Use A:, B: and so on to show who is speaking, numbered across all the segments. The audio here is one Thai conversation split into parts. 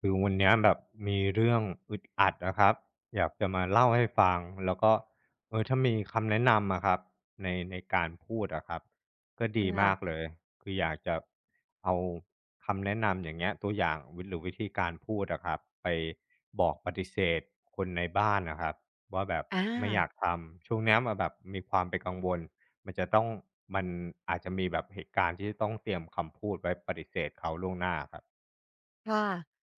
A: คือวันเนี้ยแบบมีเรื่องอึดอัดนะครับอยากจะมาเล่าให้ฟังแล้วก็ถ้ามีคำแนะนำอะครับในการพูดอะครับก็ดีมาก
B: ค่ะ
A: เลยคืออยากจะเอาคำแนะนำอย่างเงี้ยตัวอย่างวิหรือวิธีการพูดอะครับไปบอกปฏิเสธคนในบ้านนะครับว่าแบบ
B: อ
A: ไม่อยา
B: า
A: กทำช่วงเนี้ยมันแบบมีความเป็นกังวลมันจะต้องมันอาจจะมีแบบเหตุการณ์ที่จะต้องเตรียมคำพูดไว้ปฏิเสธเขาล่วงหน้าอะครับ
B: ค่ะ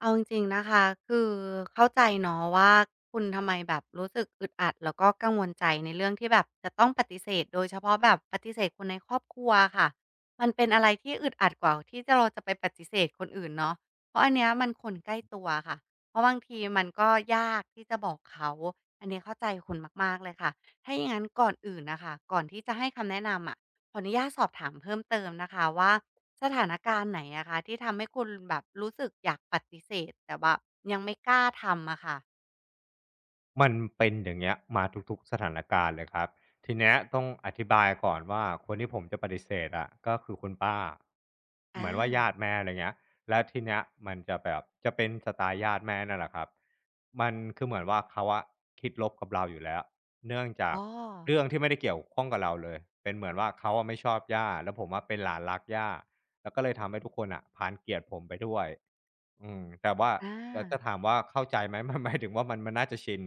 B: เอาจริงๆนะคะคือเข้าใจเนาะว่าคุณทำไมแบบรู้สึกอึดอัดแล้วก็กังวลใจในเรื่องที่แบบจะต้องปฏิเสธโดยเฉพาะแบบปฏิเสธคนในครอบครัวอะค่ะมันเป็นอะไรที่อึดอัดกว่าที่จะเราจะไปปฏิเสธคนอื่นเนาะเพราะอันเนี้ยมันคนใกล้ตัวอะค่ะเพราะบางทีมันก็ยากที่จะบอกเขาอันนี้เข้าใจคุณมากๆเลยค่ะถ้าอย่างงั้นก่อนอื่นน่ะค่ะก่อนที่จะให้คำแนะนำอะขออนุญาตสอบถามเพิ่มเติมนะคะว่า สถานการณ์ไหนอะคะที่ทำให้คุณแบบรู้สึกอยากปฏิเสธแต่แบบยังไม่กล้าทำอะค่ะ
A: มันเป็นอย่างเงี้ยมาทุกๆสถานการณ์เลยครับทีเนี้ยต้องอธิบายก่อนว่าคนที่ผมจะปฏิเสธอะก็คือคุณป้าเหมือนว่า
B: อา
A: ญาติแม่อะไรเงี้ยแล้วทีเนี้ยมันจะแบบจะเป็นสไตล์ญาติแม่นั่นแหละครับมันคือเหมือนว่าเขาอะคิดลบกับเราอยู่แล้วเนื่องจา
B: อ๋อ
A: กเรื่องที่ไม่ได้เกี่ยวข้องกับเราเลยเป็นเหมือนว่าเขาอะไม่ชอบย่าแล้วผมว่าเป็นหลานรักย่าแล้วก็เลยทำให้ทุกคนอะพานเกลียดผมไปด้วยอืมแต่ว่า
B: อา
A: แต่จะถามว่าเข้าใจไหม มัน หมายถึงว่ามันน่าจะชิน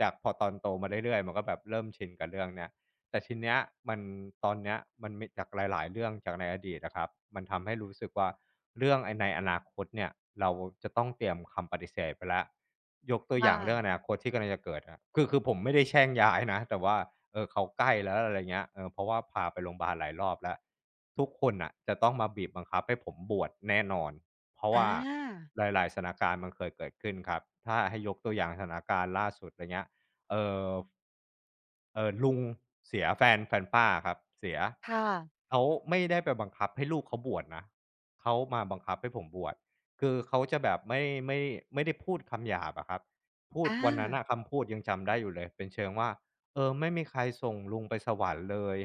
A: จากพอตอนโตมาเรื่อยๆมันก็แบบเริ่มชินกับเรื่องเนี้ยแต่ทีเนี้ยมันตอนเนี้ยมันมีจากหลายๆเรื่องจากในอดีตนะครับมันทำให้รู้สึกว่าเรื่องไอ้ในอนาคตเนี่ยเราจะต้องเตรียมคำปฏิเสธไปแล้วยกตัวอ
B: ค่ะ
A: ย่างเรื่องอนาคตที่กำลังจะเกิดอะคือผมไม่ได้แช่งย้ายนะแต่ว่าเออเขาใกล้แล้วอะไรเงี้ยเออเพราะว่าพาไปโรงพยาบาลหลายรอบแล้วทุกคนอ่ะจะต้องมาบีบบังคับให้ผมบวชแน่นอน เพราะ
B: อ
A: ว่า
B: า
A: หลายๆสถานการณ์มันเคยเกิดขึ้นครับถ้าให้ยกตัวอย่างสถานการณ์ล่าสุดอะไรเงี้ยเอ่อ เออลุงเสียแฟนป้าครับเสีย
B: ค่ะ
A: เขาไม่ได้ไปบังคับให้ลูกเขาบวชนะเขามาบังคับให้ผมบวชคือเขาจะแบบไม่ไม่ได้พูดคำหยาบอะครับพูด
B: อา
A: วันนั้นอะคำพูดยังจำได้อยู่เลยเป็นเชิงว่าเออไม่มีใครส่งลุงไปสวรรค์เลย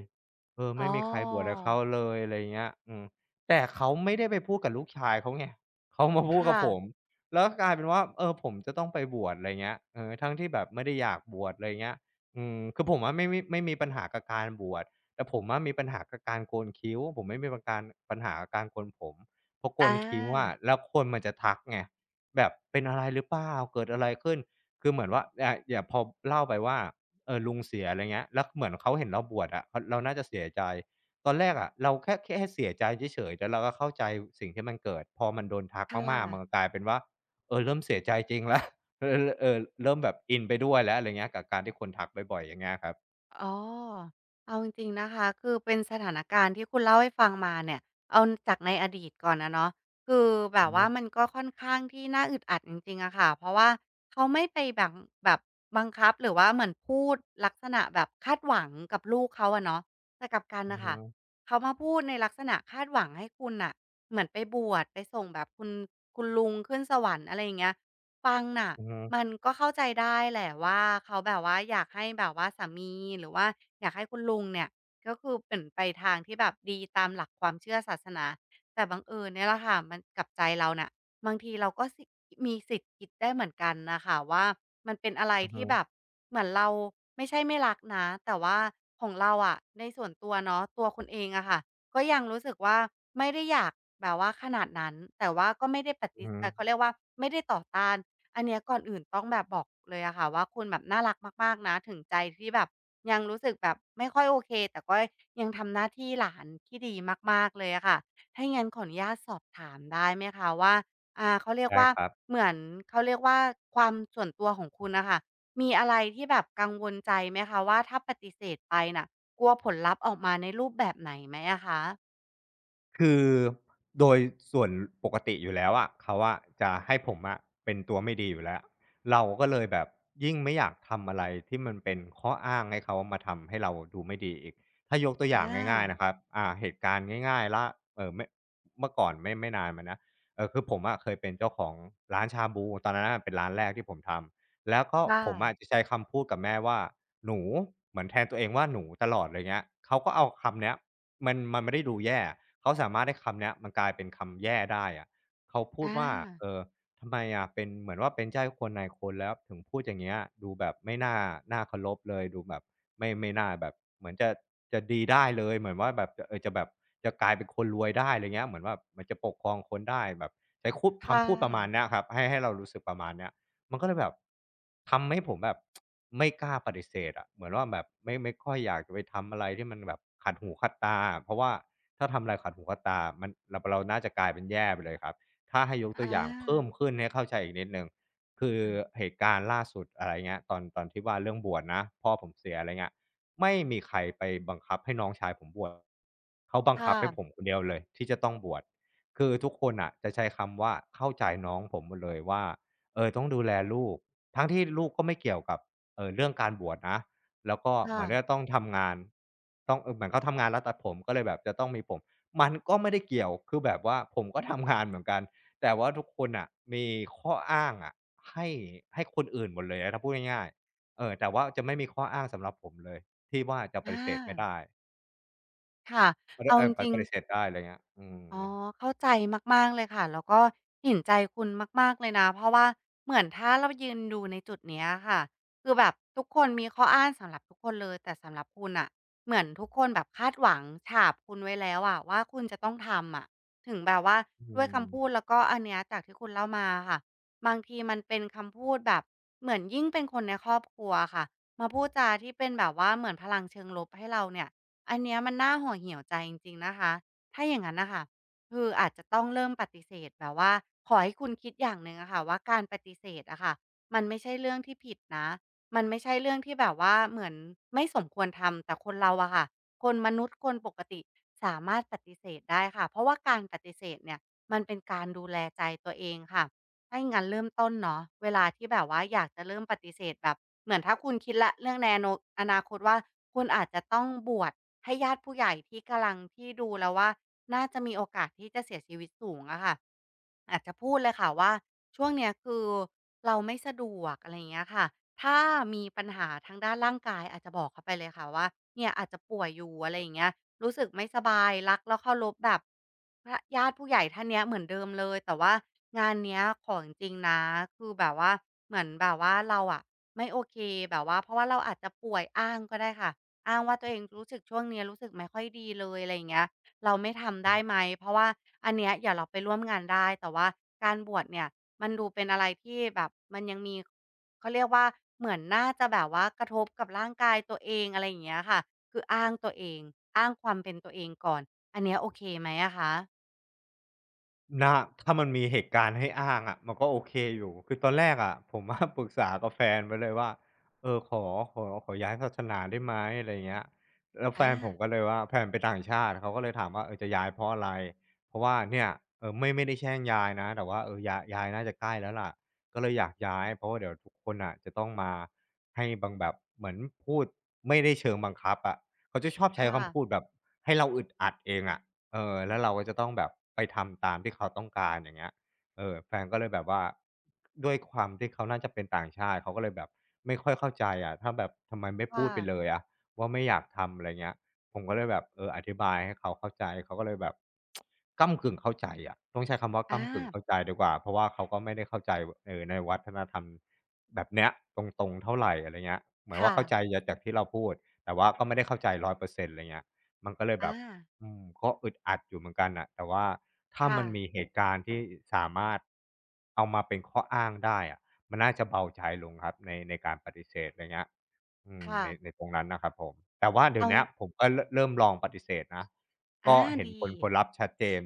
A: เออ
B: อ๋อ
A: ไม่มีใครบวชกับเขาเลยอะไรเงี้ยอืมแต่เขาไม่ได้ไปพูดกับลูกชายเขาไงเขามาพูดกับ
B: ค่ะ
A: ผมแล้วกลายเป็นว่าเออผมจะต้องไปบวชอะไรเงี้ยเออทั้งที่แบบไม่ได้อยากบวชอะไรเงี้ย อืมคือผมอะไม่มีปัญหากับการบวชแต่ผมอะมีปัญหากับการโกนคิ้วผมไม่มีประการปัญหากับการโกนผมเพราะโก
B: อ
A: นคิ้วอะ
B: า
A: แล้วคนมันจะทักไงแบบเป็นอะไรหรือเปล่าเกิดอะไรขึ้นคือเหมือนว่าอ่าอย่างพอเล่าไปว่าลุงเสียอะไรเงี้ยแล้วเหมือนเขาเห็นเราบวชอะเขาเราน่าจะเสียใจตอนแรกอะเราแค่เสียใจเฉยๆแล้วเราก็เข้าใจสิ่งที่มันเกิดพอมันโดนทัก
B: ค่
A: มากๆมันก็
B: ะ
A: กลายเป็นว่าเออเริ่มเสียใจจริงแล้ว เออเออเริ่มแบบอินไปด้วยแล้วอะไรเงี้ยกับการที่คนทักบ่อยๆอย่างเงี้ยครับ
B: อ๋อเอาจริงๆนะคะคือเป็นสถานการณ์ที่คุณเล่าให้ฟังมาเนี่ย เอาจากในอดีตก่อนนะเนาะคือแบ
A: อื
B: บ
A: อฮึ
B: ว่ามันก็ค่อนข้างที่น่าอึดอัดจริงๆอะค่ะเพราะว่าเขาไม่ไปบังแบบบังคับหรือว่าเหมือนพูดลักษณะแบบคาดหวังกับลูกเขาอะเนาะแต่กลับกัน
A: อือ
B: น่ะค่ะ
A: ฮึ
B: เขามาพูดในลักษณะคาดหวังให้คุณน่ะเหมือนไปบวชไปส่งแบบคุณคุณลุงขึ้นสวรรค์อะไรอย่างเงี้ย ฟังน่ะ
A: อือฮึ
B: มันก็เข้าใจได้แหละว่าเขาแบบว่าอยากให้แบบว่าสามีหรือว่าอยากให้คุณลุงเนี่ยก็คือเป็นไปทางที่แบบดีตามหลักความเชื่อศาสนาแต่บังเอิญเนี่ยแหละค่ะมันกับใจเราน่ะบางทีเราก็สิมีสิทธิ์คิดได้เหมือนกันน่ะค่ะว่ามันเป็นอะไร
A: อือฮึ
B: ที่แบบเหมือนเราไม่ใช่ไม่รักนะแต่ว่าของเราอะในส่วนตัวเนาะตัวคุณเองอะค่ะก็ยังรู้สึกว่าไม่ได้อยากแบบว่าขนาดนั้นแต่ว่าก็ไม่ได้ป
A: อื
B: ฏิ
A: อฮึ
B: เขาเรียกว่าไม่ได้ต่อต้าน อันเนี้ยก่อนอื่นต้องแบบบอกเลยอะค่ะว่าคุณแบบน่ารักมากๆนะถึงใจที่แบบยังรู้สึกแบบไม่ค่อยโอเคแต่ก็ยังทำหน้าที่หลานที่ดีมากๆเลยอะค่ะถ้างั้นขออนุญาตสอบถามได้ไหมคะว่าอ่าเขาเรียก
A: ใช่
B: ว่า
A: ครับ
B: เหมือนเขาเรียกว่าความส่วนตัวของคุณน่ะค่ะมีอะไรที่แบบกังวลใจไหมคะว่าถ้าปฏิเสธไปน่ะกลัวผลลัพธ์ออกมาในรูปแบบไหนไหมอะคะ
A: คือโดยส่วนปกติอยู่แล้วอะเขาอะจะให้ผมอะเป็นตัวไม่ดีอยู่แล้วเราก็เลยแบบยิ่งไม่อยากทำอะไรที่มันเป็นข้ออ้างให้เขามาทำให้เราดูไม่ดีอีกถ้ายกตัว
B: อ
A: อย่างง่าย
B: า
A: ๆนะครับอ่าเหตุการณ์ง่ายๆล่าไม่เมื่อก่อนไม่นานมานะเออคือผมอะเคยเป็นเจ้าของร้านชาบูตอนนั้นอะเป็นร้านแรกที่ผมทำแล้วก็
B: ค
A: ผมอะ
B: ่ะ
A: จะใช้คำพูดกับแม่ว่าหนูเหมือนแทนตัวเองว่าหนูตลอดเลยเงี้ยเขาก็เอาคำเนี้ย มันไม่ได้ดูแย่เขาสามารถให้คำเนี้ยมันกลายเป็นคำแย่ได้อะเขาพู
B: อ
A: ดว่า
B: า
A: เอ่อทำไมอะเป็นเหมือนว่าเป็นเจ้าคนนายคนแล้วถึงพูดอย่างเงี้ยดูแบบไม่น่าน่าเคารพเลยดูแบบไม่น่าแบบเหมือนจะดีได้เลยเหมือนว่าแบบจะจะแบบจะกลายเป็นคนรวยได้ไรเงี้ยเหมือนว่าเหมือนจะปกครองคนได้แบบใช้คุด
B: ค่
A: คำพูดประมาณ
B: ะ
A: เนี้ยครับให้เรารู้สึกประมาณเนี้ย มันก็เลยแบบทำให้ผมแบบ ไม่กล้าปฏิเสธอะเหมือนว่าแบบไม่ค่อยอยากจะไปทำอะไรที่มันแบบขัดหูขัดตาเพราะว่าถ้าทำอะไรขัดหูขัดตามันเราน่าจะกลายเป็นแย่ไปเลยครับถ้าให้ยกตัว
B: อา
A: อย่างเพิ่มขึ้นให้เข้าใจอีกนิดหนึ่งคือ
B: ค
A: เหตุการณ์ล่าสุดอะไรเงี้ยตอนที่ว่าเรื่องบวชนะพ่อผมเสียอะไรเงี้ยไม่มีใครไปบังคับให้น้องชายผมบวชเขาบังคับให้ผม
B: ่ะ
A: คนเดียวเลยที่จะต้องบวชคือทุกคนอ่ะจะใช้คำว่าเข้าใจน้องผมหมดเลยว่า เออต้องดูแลลูกทั้งที่ลูกก็ไม่เกี่ยวกับเออเรื่องการบวชนะแล้วก็เห
B: ค่ะ
A: มือนจะต้องทำงานต้องเออเหมือนเขาทำงานร้าตัดผมก็เลยแบบจะต้องมีผมมันก็ไม่ได้เกี่ยวคือแบบว่าผมก็ทำงานเหมือนกันแต่ว่าทุกคนอ่ะมีข้ออ้างอะให้ให้คนอื่นหมดเลยอะถ้าพูดง่ายๆเออแต่ว่าจะไม่มีข้ออ้างสำหรับผมเลยที่ว่าจะป
B: อ
A: ฏิเสธไม่
B: า
A: ได้
B: ค่ะ
A: ไม่ได้
B: เอา
A: เอ
B: จ
A: อป
B: ริง
A: ปฏิเส
B: ๆ
A: ธได้อะไรเงี้ยอืม
B: อ๋อเข้าใจมากๆเลยค่ะแล้วก็เห็นใจคุณมากๆเลยนะเพราะว่าเหมือนถ้าเรายืนดูในจุดเนี้ยค่ะคือแบบทุกคนมีข้ออ้างสำหรับทุกคนเลยแต่สำหรับคุณน่ะเหมือนทุกคนแบบคาดหวังฉาบคุณไว้แล้วอะว่าคุณจะต้องทำอะถึงแบบว่า
A: อื
B: ด้วยคำพูด
A: ม
B: แล้วก็อันเนี้ยจากที่คุณเล่ามาอะค่ะบางทีมันเป็นคำพูดแบบเหมือนยิ่งเป็นคนในครอบครัวอะค่ะมาพูดจาที่เป็นแบบว่าเหมือนพลังเชิงลบให้เราเนี่ยอันเนี้ยมันน่าห่อเหี่ยวใจจริงๆนะคะถ้าอย่างงั้นน่ะค่ะ คืออาจจะต้องเริ่มปฏิเสธแบบว่าขอให้คุณคิดอย่างหนึ่งอะค่ะว่าการปฏิเสธอะค่ะมันไม่ใช่เรื่องที่ผิดนะมันไม่ใช่เรื่องที่แบบว่าเหมือนไม่สมควรทำแต่คนเราอะค่ะคนมนุษย์คนปกติสามารถปฏิเสธได้ค่ะเพราะว่าการปฏิเสธเนี่ยมันเป็นการดูแลใจตัวเองค่ะถ้าอย่างงั้นเริ่มต้นเนาะเวลาที่แบบว่าอยากจะเริ่มปฏิเสธแบบเหมือนถ้าคุณคิดแล้วเรื่องในอนาคตว่าคุณอาจจะต้องบวชให้ญาติผู้ใหญ่ที่กำลังที่ดูแล้วว่า น่าจะมีโอกาสที่จะเสียชีวิตสูงอะค่ะอาจจะพูดเลยค่ะว่าช่วงเนี้ยคือเราไม่สะดวกอะไรอย่างเงี้ยค่ะถ้ามีปัญหาทางด้านร่างกายอาจจะบอกเขาไปเลยค่ะว่าเนี่ยอาจจะป่วยอยู่อะไรอย่างเงี้ยรู้สึกไม่สบายรักแลวเคารพแบบพระญาติผู้ใหญ่ท่านเนี้ยเหมือนเดิมเลยแต่ว่างานเนี้ยของจริงนะคือแบบว่าเหมือนแบบว่าเราอะไม่โอเคแบบว่าเพราะว่าเราอาจจะป่วยอ้างก็ได้ค่ะอ้างว่าตัวเองรู้สึกช่วงเนี้ยรู้สึกไม่ค่อยดีเลยอะไรอย่างเงี้ย เราไม่ทำได้ไหมเพราะว่าอันเนี้ยอย่าเราไปร่วมงานได้แต่ว่าการบวชเนี่ยมันดูเป็นอะไรที่แบบมันยังมีเขาเรียกว่าเหมือนน่าจะแบบว่ากระทบกับร่างกายตัวเองอะไรอย่างเงี้ยค่ะคืออ้างตัวเองอ้างความเป็นตัวเองก่อนอันเนี้ยโอเคไหมอะคะ
A: นะถ้ามันมีเหตุการณ์ให้อ้างอะมันก็โอเคอยู่คือตอนแรกอะผมอะ ปรึกษากับแฟนไว้เลยว่าเออขอย้ายศาสนาได้ไหมอะไรอย่างเงี้ยแล้วแฟ
B: อา
A: นผมก็เลยว่าแฟนเป็นต่างชาติเขาก็เลยถามว่าเออจะย้ายเพราะอะไรเพราะว่าเนี่ยเออไม่ได้แช่งยายนะแต่ว่าเออยายน่าจะใกล้แล้วล่ะก็เลยอยากย้ายเพราะว่าเดี๋ยวทุกคนน่ะจะต้องมาให้บังแบบเหมือนพูดไม่ได้เชิงบังคับอะเขาจะชอบใช้
B: ค่ะ
A: คำพูดแบบให้เราอึดอัดเองอะ เออแล้วเราก็จะต้องแบบไปทำตามที่เขาต้องการอย่างเงี้ยเออแฟนก็เลยแบบว่าด้วยความที่เขาน่าจะเป็นต่างชาติเขาก็เลยแบบไม่ค่อยเข้าใจอะถ้าแบบทำไมไม่พู
B: ค่ะ
A: ดไปเลยอะว่าไม่อยากทำอะไรเงี้ยผมก็เลยแบบเอออธิบายให้เขาเข้าใจเขาก็เลยแบบก้ำกึ่งเข้าใจอะต้องใช้คำว่าก้ำกึ่ง
B: อา
A: เข้าใจดีกว่าเพราะว่าเขาก็ไม่ได้เข้าใจเอ่อในวัฒนธรรมแบบเนี้ยตรงๆเท่าไรอะไรเงี้ยเหมือนว่า
B: ค่ะ
A: เข้าใจยจากที่เราพูดแต่ว่าก็ไม่ได้เข้าใจร้อยเปอร์เซ็นต์อะไรเงี้ยมันก็เลยแบ
B: อา
A: บ ก็อึดอัดอยู่เหมือนกันน่ะแต่ว่าถ้า
B: ค่ะ
A: มันมีเหตุการณ์ที่สามารถเอามาเป็นข้ออ้างได้อะมันน่าจะเบาใจลงครับในในการปฏิเสธไรเงี้ยอืม
B: ค่ะ
A: ในตรงนั้นนะครับผมแต่ว่าเดี๋ยว
B: เอา
A: เนี้ยผมก็รเริ่มลองปฏิเสธนะ
B: อา
A: ก็เห็น
B: ดี
A: ผลลัพธ์ชัดเจน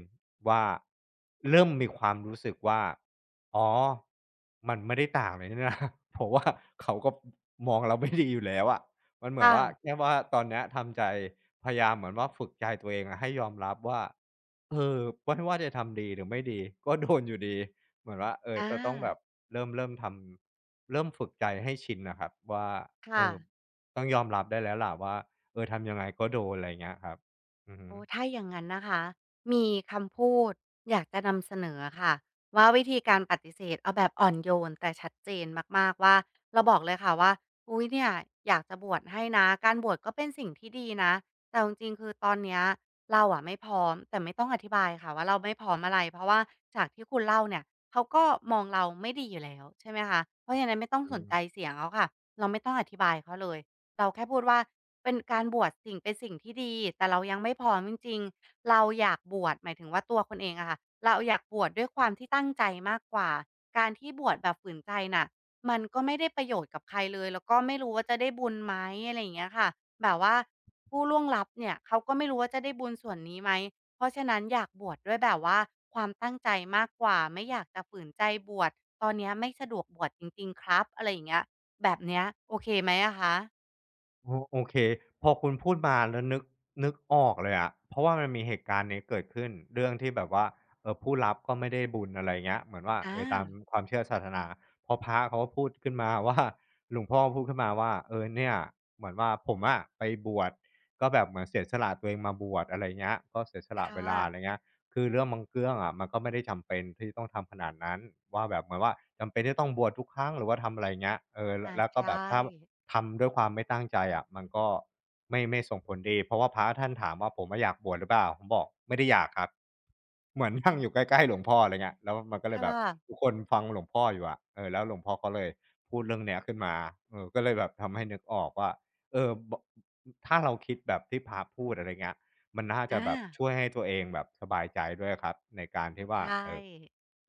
A: ว่าเริ่มมีความรู้สึกว่าอ๋อมันไม่ได้ต่างเลยนี่นะ เพราะว่าเขาก็มองเราไม่ดีอยู่แล้วอะมันเหมือนว่า
B: ค่ะ
A: แค่ว่าตอนเนี้ยทำใจ พยายามเหมือนว่าฝึกใจตัวเองอะให้ยอมรับว่าเออไม่ว่าจะทำดีหรือไม่ดีก็โดนอยู่ดีเหมือนว่าเออ
B: อา
A: จะต้องแบบเริ่มทำเริ่มฝึกใจให้ชินน่ะครับว่าเอ
B: ค่ะ
A: อต้องยอมรับได้แล้วล่ะว่าเออทำยังไงก็โดนอะไรอย่างเงี้ยครับอือฮึ
B: โอ้ถ้าอย่างนั้นนะคะ มีคำพูดอยากจะนำเสนอค่ะว่าวิธีการปฏิเสธเอาแบบอ่อนโยนแต่ชัดเจนมากๆว่าเราบอกเลยค่ะว่าอุ๊ยเนี่ยอยากจะบวชให้นะการบวชก็เป็นสิ่งที่ดีนะแต่จริงๆคือตอนเนี้ยเราอะไม่พร้อมแต่ไม่ต้องอธิบายค่ะว่าเราไม่พร้อมอะไรเพราะว่าจากที่คุณเล่าเนี่ยเขาก็มองเราไม่ดีอยู่แล้วใช่ไหมคะเพราะฉะนั้นไม่ต้อง
A: อื
B: สน
A: ม
B: ใจเสียงเขาค่ะเราไม่ต้องอธิบายเขาเลย เราแค่พูดว่าเป็นการบวชสิ่งเป็นสิ่งที่ดีแต่เรายังไม่พร้อมจริงๆเราอยากบวชหมายถึงว่าตัวคนเองอะค่ะเราอยากบวชด้วยความที่ตั้งใจมากกว่าการที่บวชแบบฝืนใจน่ะมันก็ไม่ได้ประโยชน์กับใครเลยแล้วก็ไม่รู้ว่าจะได้บุญไหมอะไรอย่างเงี้ยค่ะแบบว่าผู้ล่วงลับเนี่ยเขาก็ไม่รู้ว่าจะได้บุญส่วนนี้ไหมเพราะฉะนั้นอยากบวชด้วยแบบว่าความตั้งใจมากกว่าไม่อยากจะฝืนใจบวชตอนเนี้ยไม่สะดวกบวชจริงๆครับอะไรอย่างเงี้ยแบบเนี้ยโอเคไหมอะคะ
A: โอเคพอคุณพูดมาแล้วนึกออกเลยอะเพราะว่ามันมีเหตุการณ์นี้เกิดขึ้นเรื่องที่แบบว่าเอ่อผู้รับก็ไม่ได้บุญอะไรเงี้ยเหมือนว่า
B: อา
A: เออตามความเชื่อศาสนาพอพระเขาก็พูดขึ้นมาว่าหลวงพ่อพูดขึ้นมาว่าเออเนี่ยเหมือนว่าผมอะไปบวชก็แบบเหมือนเสียสละตัวเองมาบวชอะไรเงี้ยก็เสียสละเว
B: ค่ะ
A: ลาอะไรเงี้ยคือเรื่องบางเรื่องอะมันก็ไม่ได้จำเป็นที่ต้องทำขนาดนั้นว่าแบบเหมือนว่าจำเป็นที่ต้องบวชทุกครั้งหรือว่าทำอะไรเงี้ยเออแล้ว
B: อา
A: แล้ว
B: ใช
A: ก็แบ
B: ่
A: บถ้า ทำด้วยความไม่ตั้งใจอะมันก็ไม่ส่งผลดีเพราะว่าพระท่านถามว่าผมอะอยากบวชหรือเปล่าผมบอกไม่ได้อยากครับเหมือนนั่งอยู่ใกล้ๆหลวงพ่ออะไรเงี้ยแล้วมันก็เลย
B: ค่
A: แบบทุ
B: ะ
A: กคนฟังหลวงพ่ออยู่อะเออแล้วหลวงพ่อเขาเลยพูดเรื่องเนี้ยขึ้นมาเออก็เลยแบบทำให้นึกออกว่าเออบอกถ้าเราคิดแบบที่พระพูดอะไรเงี้ยมันน่าจะ
B: อา
A: แบบช่วยให้ตัวเองแบบสบายใจด้วยครับในการที่
B: ใช
A: ว่า
B: ่
A: เออ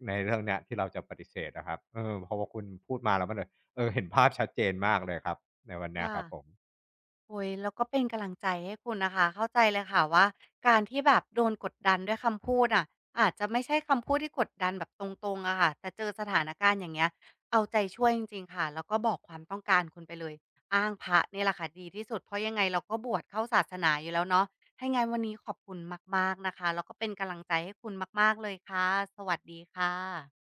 A: ในเรื่องเนี้ยที่เราจะปฏิเสธนะครับเออเพอว่าคุณพูดมาแล้วมันเลย เออเห็นภาพชัดเจนมากเลยครับในวันเนี้ย
B: ค่ะ
A: ครับผม
B: โอ้โฮแล้วก็เป็นกำลังใจให้คุณนะคะเข้าใจเลยค่ะว่าการที่แบบโดนกดดันด้วยคำพูดอะอาจจะไม่ใช่คำพูดที่กดดันแบบตรงๆอะค่ะแต่เจอสถานการณ์อย่างเงี้ยเอาใจช่วยจริงๆค่ะแล้วก็บอกความต้องการคุณไปเลย อ้างพระเนี่ยแหละค่ะดีที่สุดเพราะยังไงเราก็บวชเข้าศาสนาอยู่แล้วเนาะถ้างั้นวันนี้ขอบคุณมากๆนะคะแล้วก็เป็นกำลังใจให้คุณมากๆเลยค่ะสวัสดีค่ะ